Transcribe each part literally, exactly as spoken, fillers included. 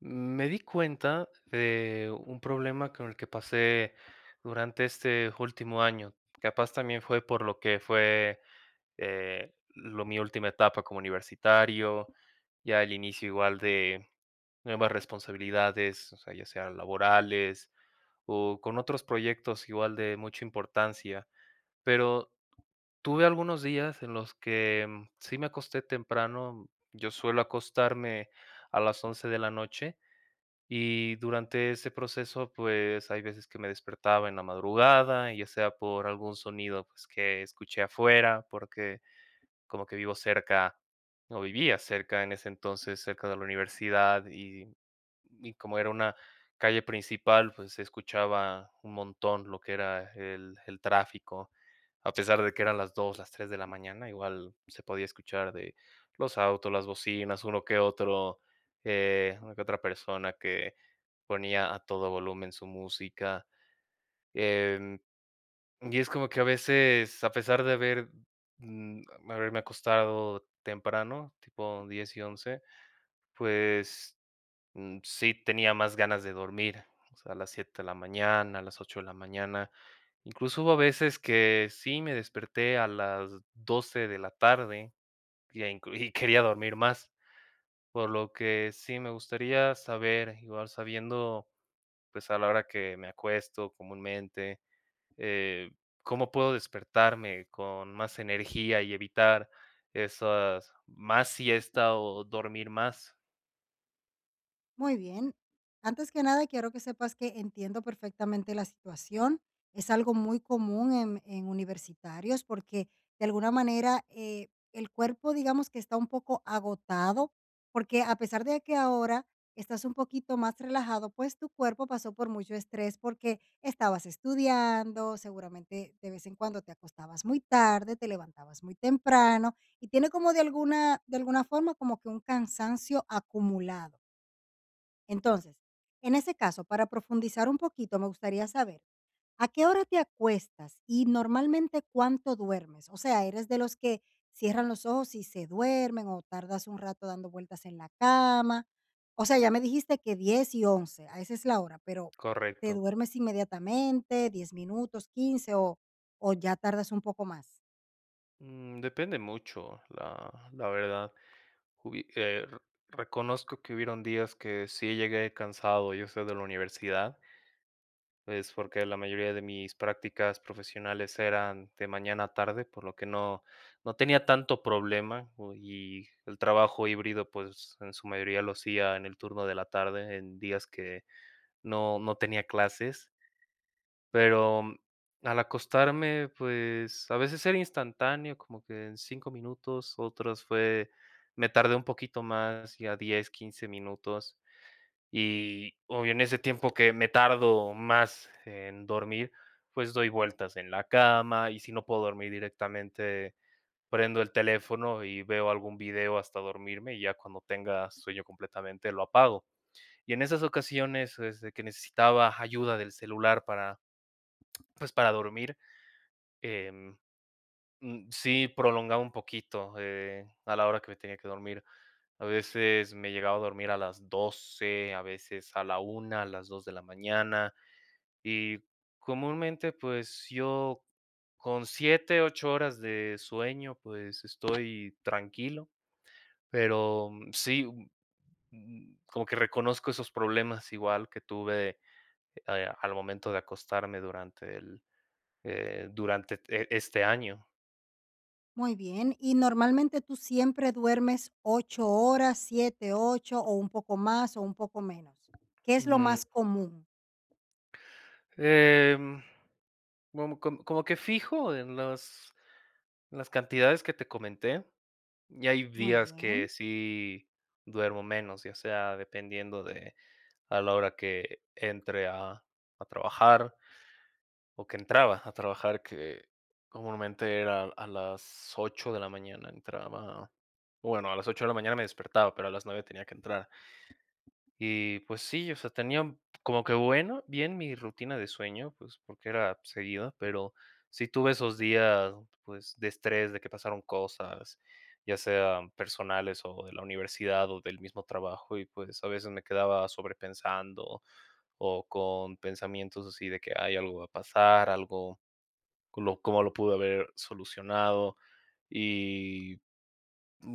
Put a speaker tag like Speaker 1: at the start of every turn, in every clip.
Speaker 1: Me di cuenta de un problema con el que pasé durante este último año. Capaz también fue por lo que fue eh, lo, mi última etapa como universitario, ya el inicio igual de nuevas responsabilidades, o sea, ya sean laborales o con otros proyectos igual de mucha importancia. Pero tuve algunos días en los que mm, sí me acosté temprano. Yo suelo acostarme a las once de la noche, y durante ese proceso, pues, hay veces que me despertaba en la madrugada, ya sea por algún sonido, pues, que escuché afuera, porque como que vivo cerca, o vivía cerca en ese entonces, cerca de la universidad, y, y como era una calle principal, pues se escuchaba un montón lo que era el, el tráfico. A pesar de que eran las dos, las tres de la mañana, igual se podía escuchar de los autos, las bocinas, uno que otro, eh, una que otra persona que ponía a todo volumen su música. em, y es como que a veces, a pesar de haber, mm, haberme acostado temprano, tipo diez y once, pues, mm, sí tenía más ganas de dormir, o sea, a las siete de la mañana, a las ocho de la mañana. Incluso hubo veces que sí me desperté a las doce de la tarde y a inclu y quería dormir más, por lo que sí me gustaría saber, igual sabiendo, pues, a la hora que me acuesto comúnmente, eh, cómo puedo despertarme con más energía y evitar esas más siesta o dormir más.
Speaker 2: Muy bien. Antes que nada, quiero que sepas que entiendo perfectamente la situación. Es algo muy común en, en universitarios porque de alguna manera eh, el cuerpo, digamos que está un poco agotado, porque a pesar de que ahora estás un poquito más relajado, pues tu cuerpo pasó por mucho estrés porque estabas estudiando, seguramente de vez en cuando te acostabas muy tarde, te levantabas muy temprano y tiene como de alguna, de alguna forma como que un cansancio acumulado. Entonces, en ese caso, para profundizar un poquito, me gustaría saber, ¿a qué hora te acuestas y normalmente cuánto duermes? O sea, ¿eres de los que cierran los ojos y se duermen o tardas un rato dando vueltas en la cama? O sea, ya me dijiste que diez y once, a esa es la hora, pero ¿te
Speaker 1: Correcto.
Speaker 2: duermes inmediatamente, diez minutos, quince o, o ya tardas un poco más?
Speaker 1: Mm, depende mucho, la, la verdad. Hubi- eh, r- reconozco que hubieron días que sí llegué cansado, yo sé, de la universidad. Es porque la mayoría de mis prácticas profesionales eran de mañana a tarde, por lo que no no tenía tanto problema, o y el trabajo híbrido, pues, en su mayoría lo hacía en el turno de la tarde, en días que no no tenía clases, pero, mm, al acostarme, pues, a veces era instantáneo, como que en cinco minutos; otras fue me tardé un poquito más, ya diez, quince minutos. Y o en ese tiempo que me tardo más en dormir, pues doy vueltas en la cama, y si no puedo dormir directamente, prendo el teléfono y veo algún video hasta dormirme, y ya cuando tenga sueño completamente lo apago. Y en esas ocasiones, este, que necesitaba ayuda del celular para, pues, para dormir, em, mm, sí prolongaba un poquito, eh, a la hora que me tenía que dormir. A veces me llegaba a dormir a las doce, a veces a la una, a las dos de la mañana. Y comúnmente, pues yo con siete ocho horas de sueño, pues estoy tranquilo, pero mm, sí, mm, mm, como que reconozco esos problemas igual que tuve, eh, al momento de acostarme durante el, eh, durante e- este año.
Speaker 2: Muy bien. ¿Y normalmente tú siempre duermes ocho horas, siete ocho o un poco más o un poco menos? ¿Qué es lo
Speaker 1: Mm,
Speaker 2: más común?
Speaker 1: em, como, como- como que fijo en las, en las cantidades que te comenté. Y hay
Speaker 2: Muy
Speaker 1: días que
Speaker 2: bien.
Speaker 1: sí duermo menos, ya sea dependiendo de a la hora que entre a a trabajar, o que entraba a trabajar, que comúnmente era a las ocho de la mañana, entraba bueno, a las ocho de la mañana me despertaba, pero a las nueve tenía que entrar. Y pues sí, o sea, tenía como que, bueno, bien mi rutina de sueño, pues porque era seguida, pero sí tuve esos días, pues, de estrés, de que pasaron cosas, ya sean personales o de la universidad o del mismo trabajo, y pues a veces me quedaba sobrepensando, o con pensamientos así de que hay algo va a pasar, algo, lo- cómo lo pude haber solucionado, y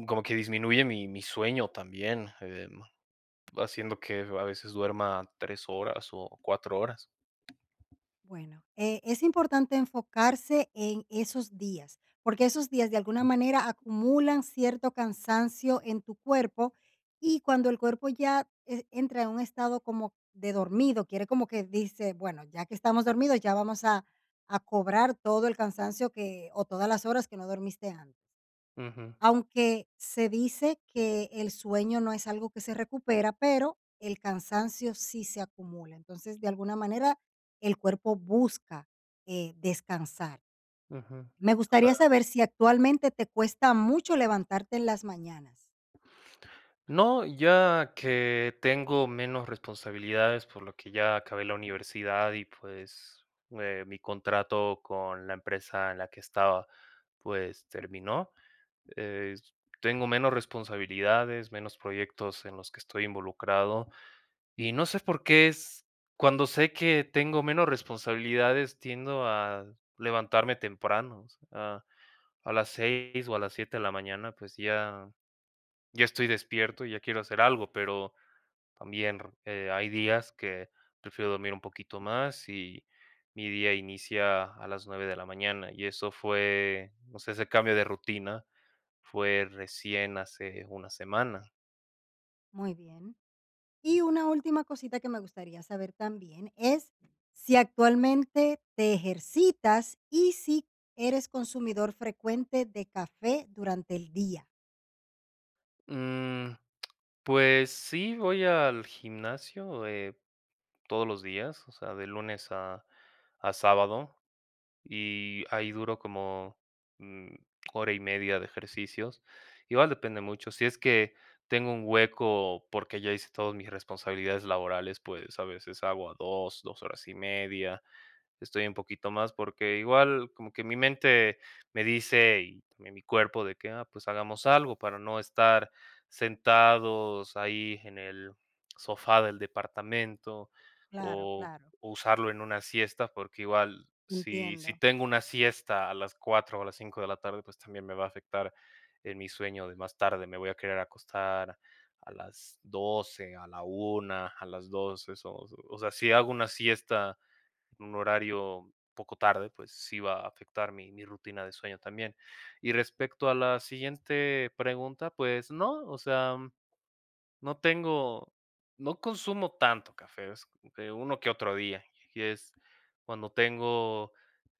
Speaker 1: como que disminuye mi, mi sueño también, eh, haciendo que a veces duerma tres horas o cuatro horas.
Speaker 2: Bueno, eh, es importante enfocarse en esos días, porque esos días de alguna manera acumulan cierto cansancio en tu cuerpo y cuando el cuerpo ya eh, entra en un estado como de dormido, quiere como que dice, bueno, ya que estamos dormidos, ya vamos a, a cobrar todo el cansancio que o todas las horas que no dormiste antes.
Speaker 1: Ujú,
Speaker 2: Aunque se dice que el sueño no es algo que se recupera, pero el cansancio sí se acumula. Entonces, de alguna manera, el cuerpo busca, eh, descansar.
Speaker 1: ujú.
Speaker 2: Me gustaría
Speaker 1: Claro.
Speaker 2: saber si actualmente te cuesta mucho levantarte en las mañanas.
Speaker 1: No, ya que tengo menos responsabilidades, por lo que ya acabé la universidad, y pues, eh, mi contrato con la empresa en la que estaba, pues, terminó. Eh, Tengo menos responsabilidades, menos proyectos en los que estoy involucrado. Y no sé por qué es, cuando sé que tengo menos responsabilidades, tiendo a levantarme temprano, o sea, a las seis o a las siete de la mañana, pues ya ya estoy despierto y ya quiero hacer algo, pero también, eh, hay días que prefiero dormir un poquito más, y mi día inicia a las nueve de la mañana, y eso fue, no sé, ese cambio de rutina fue recién hace una semana.
Speaker 2: Muy bien. Y una última cosita que me gustaría saber también es si actualmente te ejercitas y si eres consumidor frecuente de café durante el día.
Speaker 1: Mm, pues sí, voy al gimnasio, eh, todos los días, o sea, de lunes a, a sábado, y ahí duro como mm, hora y media de ejercicios. Igual depende mucho. Si es que tengo un hueco porque ya hice todas mis responsabilidades laborales, pues a veces hago a dos, dos horas y media, estoy un poquito más, porque igual como que mi mente me dice, y también mi cuerpo, de que, ah, pues hagamos algo para no estar sentados ahí en el sofá del departamento,
Speaker 2: Claro,
Speaker 1: o,
Speaker 2: claro.
Speaker 1: o usarlo en una siesta, porque igual si,
Speaker 2: Entiendo.
Speaker 1: si tengo una siesta a las cuatro o a las cinco de la tarde, pues también me va a afectar en mi sueño de más tarde. Me voy a querer acostar a las doce, a la una, a las dos, eso. O sea, si hago una siesta en un horario poco tarde, pues sí va a afectar mi, mi rutina de sueño también. Y respecto a la siguiente pregunta, pues no, o sea, no tengo, no consumo tanto café, es como que uno que otro día. Y es cuando tengo,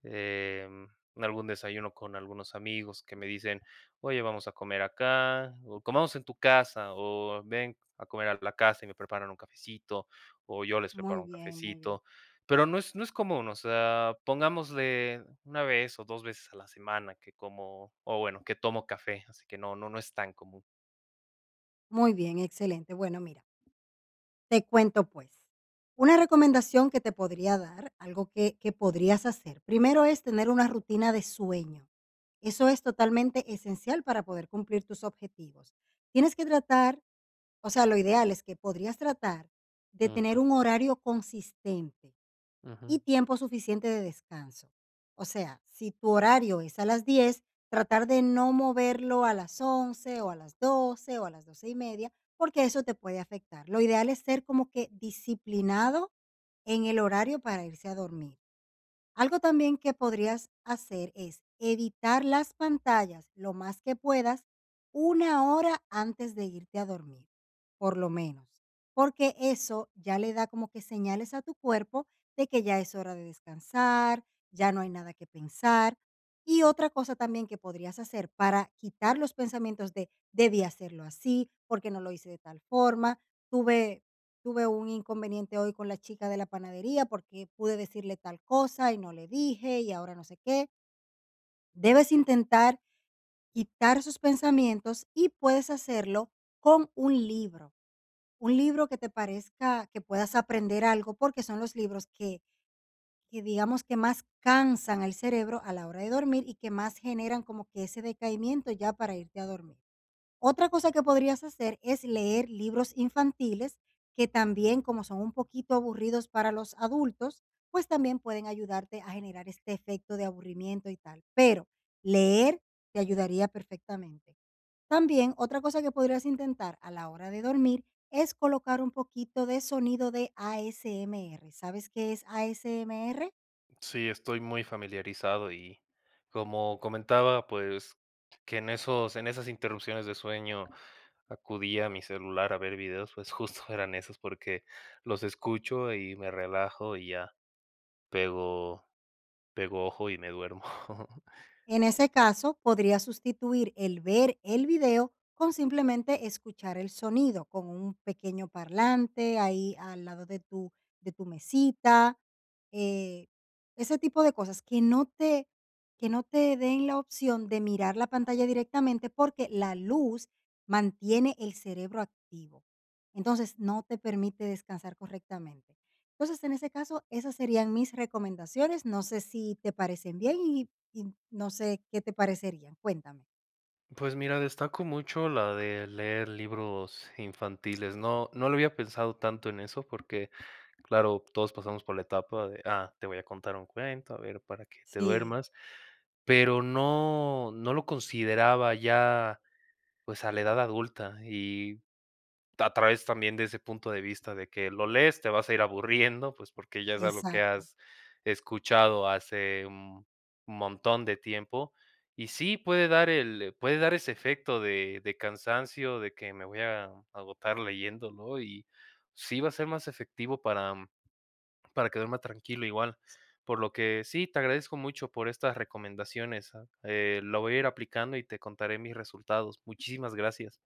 Speaker 1: em, algún desayuno con algunos amigos que me dicen: "Oye, vamos a comer acá, o comamos en tu casa, o ven a comer a la casa", y me preparan un cafecito, o yo les preparo
Speaker 2: Muy
Speaker 1: un
Speaker 2: bien, muy bien.
Speaker 1: cafecito, pero no es no es común, o sea, pongámosle una vez o dos veces a la semana que como o bueno, que tomo café, así que no no no es tan común.
Speaker 2: Muy bien, excelente. Bueno, mira, te cuento pues. Una recomendación que te podría dar, algo que, que podrías hacer, primero es tener una rutina de sueño. Eso es totalmente esencial para poder cumplir tus objetivos. Tienes que tratar, o sea, lo ideal es que podrías tratar de tener
Speaker 1: Ujú,
Speaker 2: un horario consistente
Speaker 1: ujú.
Speaker 2: y tiempo suficiente de descanso. O sea, si tu horario es a las diez, tratar de no moverlo a las once o a las doce o a las doce y media, porque eso te puede afectar. Lo ideal es ser como que disciplinado en el horario para irse a dormir. Algo también que podrías hacer es evitar las pantallas lo más que puedas una hora antes de irte a dormir, por lo menos, porque eso ya le da como que señales a tu cuerpo de que ya es hora de descansar, ya no hay nada que pensar. Y otra cosa también que podrías hacer para quitar los pensamientos de debí hacerlo así, porque no lo hice de tal forma, tuve tuve un inconveniente hoy con la chica de la panadería porque pude decirle tal cosa y no le dije y ahora no sé qué. Debes intentar quitar sus pensamientos y puedes hacerlo con un libro, un libro que te parezca que puedas aprender algo porque son los libros que, que digamos que más cansan el cerebro a la hora de dormir y que más generan como que ese decaimiento ya para irte a dormir. Otra cosa que podrías hacer es leer libros infantiles que también, como son un poquito aburridos para los adultos, pues también pueden ayudarte a generar este efecto de aburrimiento y tal. Pero leer te ayudaría perfectamente. También otra cosa que podrías intentar a la hora de dormir es colocar un poquito de sonido de A S M R. ¿Sabes qué es A S M R?
Speaker 1: Sí, estoy muy familiarizado, y como comentaba, pues, que en esos, en esas interrupciones de sueño acudía a mi celular a ver videos, pues justo eran esos porque los escucho y me relajo, y ya pego, pego ojo y me duermo.
Speaker 2: En ese caso, podría sustituir el ver el video con simplemente escuchar el sonido, con un pequeño parlante ahí al lado de tu, de tu mesita, eh, ese tipo de cosas que no, te, que no te den la opción de mirar la pantalla directamente porque la luz mantiene el cerebro activo. Entonces, no te permite descansar correctamente. Entonces, en ese caso, esas serían mis recomendaciones. No sé si te parecen bien y y no sé, ¿qué te parecerían? Cuéntame.
Speaker 1: Pues mira, destaco mucho la de leer libros infantiles. No, no lo había pensado tanto en eso porque, claro, todos pasamos por la etapa de, ah, te voy a contar un cuento, a ver, para que te
Speaker 2: Sí,
Speaker 1: duermas, pero no no lo consideraba ya, pues, a la edad adulta, y a través también de ese punto de vista de que lo lees, te vas a ir aburriendo, pues, porque ya es algo que
Speaker 2: exacto.
Speaker 1: has escuchado hace un montón de tiempo, y sí, puede dar, el puede dar ese efecto de de cansancio, de que me voy a agotar leyéndolo, y sí va a ser más efectivo para para que duerma tranquilo igual. Por lo que sí, te agradezco mucho por estas recomendaciones. ah, eh, lo voy a ir aplicando y te contaré mis resultados. Muchísimas gracias.